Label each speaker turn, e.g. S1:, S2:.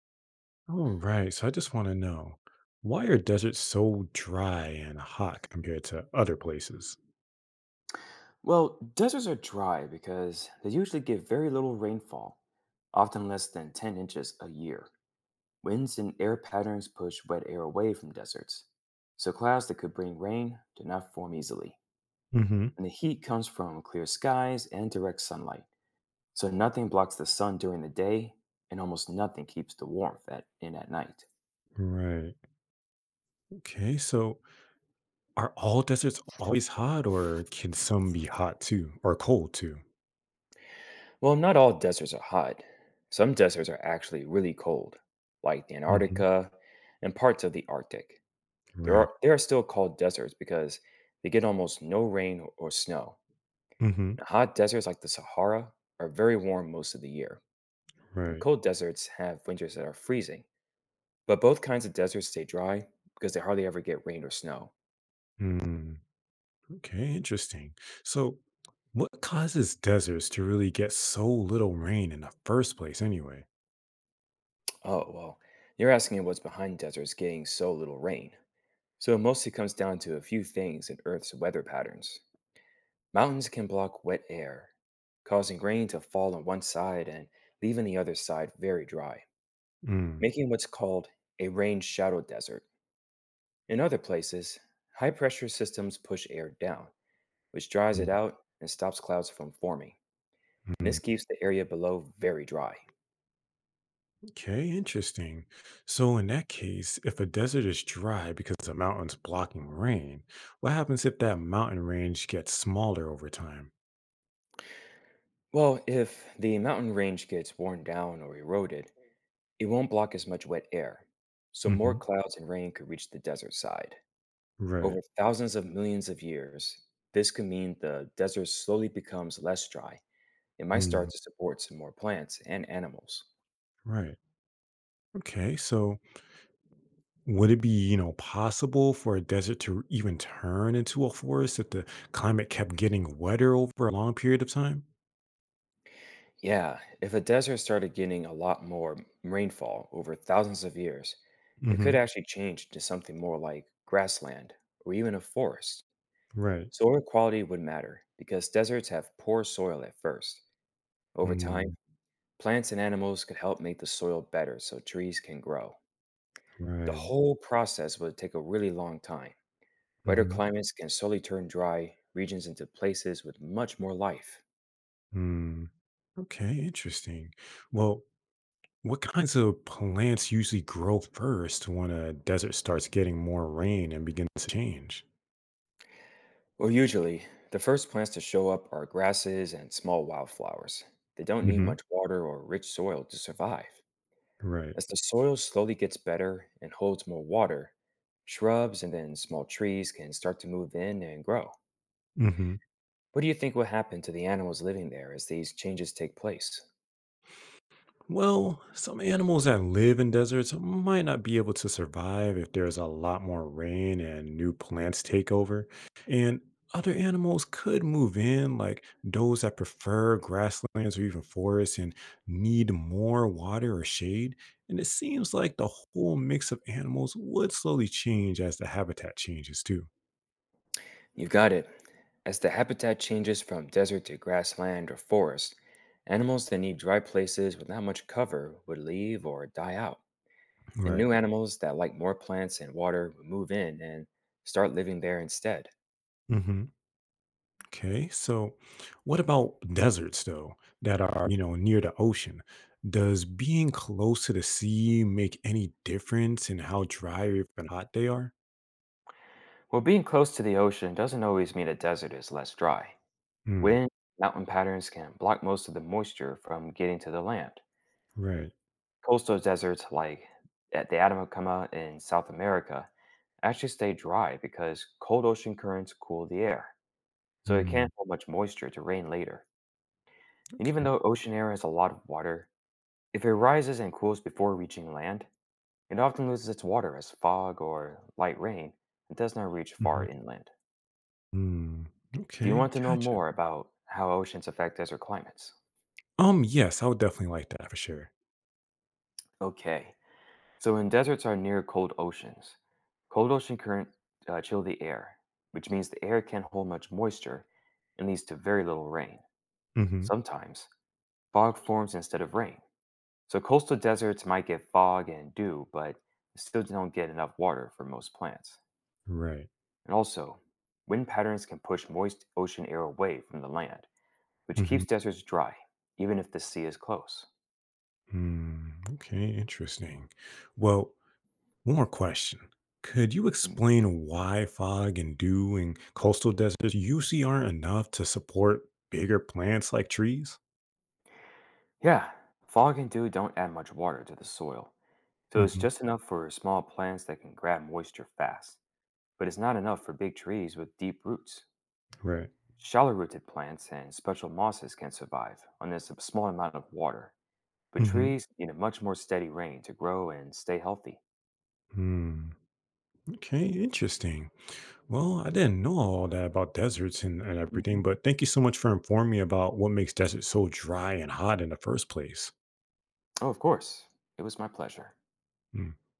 S1: All right. So I just want to know why are deserts so dry and hot compared to other places?
S2: Well, deserts are dry because they usually get very little rainfall, often less than 10 inches a year. Winds and air patterns push wet air away from deserts, so clouds that could bring rain do not form easily.
S1: Hmm.
S2: And the heat comes from clear skies and direct sunlight, so nothing blocks the sun during the day, and almost nothing keeps the warmth at, in at night.
S1: Right. Okay. So are all deserts always hot or can some be hot too or cold too?
S2: Well, not all deserts are hot. Some deserts are actually really cold, like
S1: Hmm.
S2: Antarctica and parts of the Arctic. There
S1: Right.
S2: are They are still called deserts because they get almost no rain or snow.
S1: Hmm.
S2: And hot deserts like the Sahara are very warm most of the year, and
S1: Right.
S2: cold deserts have winters that are freezing. But both kinds of deserts stay dry because they hardly ever get rain or snow.
S1: Mm, okay. Interesting. So what causes deserts to really get so little rain in the first place anyway?
S2: Oh, well, you're asking what's behind deserts getting so little rain. So it mostly comes down to a few things in Earth's weather patterns. Mountains can block wet air, causing rain to fall on one side and leaving the other side very dry,
S1: Mm,
S2: making what's called a rain shadow desert. In other places, high pressure systems push air down, which dries it
S1: right,
S2: out and stops clouds from forming. And this
S1: mm.
S2: keeps the area below very dry.
S1: Okay, interesting. So, in that case, if a desert is dry because the mountain's blocking rain, what happens if that mountain range gets smaller over time?
S2: Well, if the mountain range gets worn down or eroded, it won't block as much wet air, so more
S1: Hmm.
S2: clouds and rain could reach the desert side.
S1: Right.
S2: Over thousands of millions of years, this could mean the desert slowly becomes less dry and might start
S1: Mm,
S2: to support some more plants and animals.
S1: right. Okay, so would it be possible for a desert to even turn into a forest if the climate kept getting wetter over a long period of time?
S2: Yeah, if a desert started getting a lot more rainfall over thousands of years, it could
S1: Hmm.
S2: actually change to something more like grassland or even a forest.
S1: Right.
S2: Soil quality would matter because deserts have poor soil at first. Over
S1: Mm,
S2: time, plants and animals could help make the soil better so trees can grow. The
S1: right.
S2: whole process would take a really long time. Wetter
S1: Mm-hmm.
S2: climates can slowly turn dry regions into places with much more life.
S1: Hmm. Mm. Okay, interesting. Well, what kinds of plants usually grow first when a desert starts getting more rain and begins to change?
S2: Well, usually, the first plants to show up are grasses and small wildflowers. They don't need
S1: Hmm.
S2: much water or rich soil to survive.
S1: Right.
S2: As the soil slowly gets better and holds more water, shrubs and then small trees can start to move in and grow.
S1: Mm-hmm.
S2: What do you think will happen to the animals living there as these changes take place?
S1: Well, some animals that live in deserts might not be able to survive if there's a lot more rain and new plants take over. And other animals could move in, like those that prefer grasslands or even forests and need more water or shade. And it seems like the whole mix of animals would slowly change as the habitat changes too.
S2: You got it. As the habitat changes from desert to grassland or forest, animals that need dry places with not much cover would leave or die out, and
S1: Right.
S2: new animals that like more plants and water would move in and start living there instead.
S1: Hmm. Okay, so what about deserts though that are near the ocean? Does being close to the sea make any difference in how dry or even hot they are?
S2: Well, being close to the ocean doesn't always mean a desert is less dry.
S1: Hmm.
S2: Wind, mountain patterns can block most of the moisture from getting to the land.
S1: Right.
S2: Coastal deserts like at the Atacama in South America actually stay dry because cold ocean currents cool the air, so it
S1: Hmm.
S2: can't hold much moisture to rain later. And even
S1: Okay.
S2: though ocean air has a lot of water, if it rises and cools before reaching land, it often loses its water as fog or light rain and does not reach far
S1: Hmm.
S2: inland.
S1: Hmm.
S2: Do you
S1: Okay.
S2: want to know
S1: Gotcha.
S2: more about how oceans affect desert climates?
S1: Yes, I would definitely like that for sure.
S2: Okay, so when deserts are near cold oceans, cold ocean current chill the air, which means the air can't hold much moisture and leads to very little rain.
S1: Hmm.
S2: Sometimes, fog forms instead of rain. So coastal deserts might get fog and dew, but still don't get enough water for most plants.
S1: Right.
S2: And also, wind patterns can push moist ocean air away from the land, which keeps
S1: Hmm.
S2: deserts dry, even if the sea is close.
S1: Hmm. Okay. Interesting. Well, one more question. Could you explain why fog and dew in coastal deserts usually aren't enough to support bigger plants like trees?
S2: Yeah, fog and dew don't add much water to the soil, so it's
S1: Hmm.
S2: just enough for small plants that can grab moisture fast, but it's not enough for big trees with deep roots.
S1: Right.
S2: Shallow rooted plants and special mosses can survive on this small amount of water, but
S1: Hmm.
S2: trees need a much more steady rain to grow and stay healthy.
S1: Hmm. Okay, interesting. Well, I didn't know all that about deserts and everything,
S2: Mhm.
S1: but thank you so much for informing me about what makes deserts so dry and hot in the first place.
S2: Oh, of course, it was my pleasure.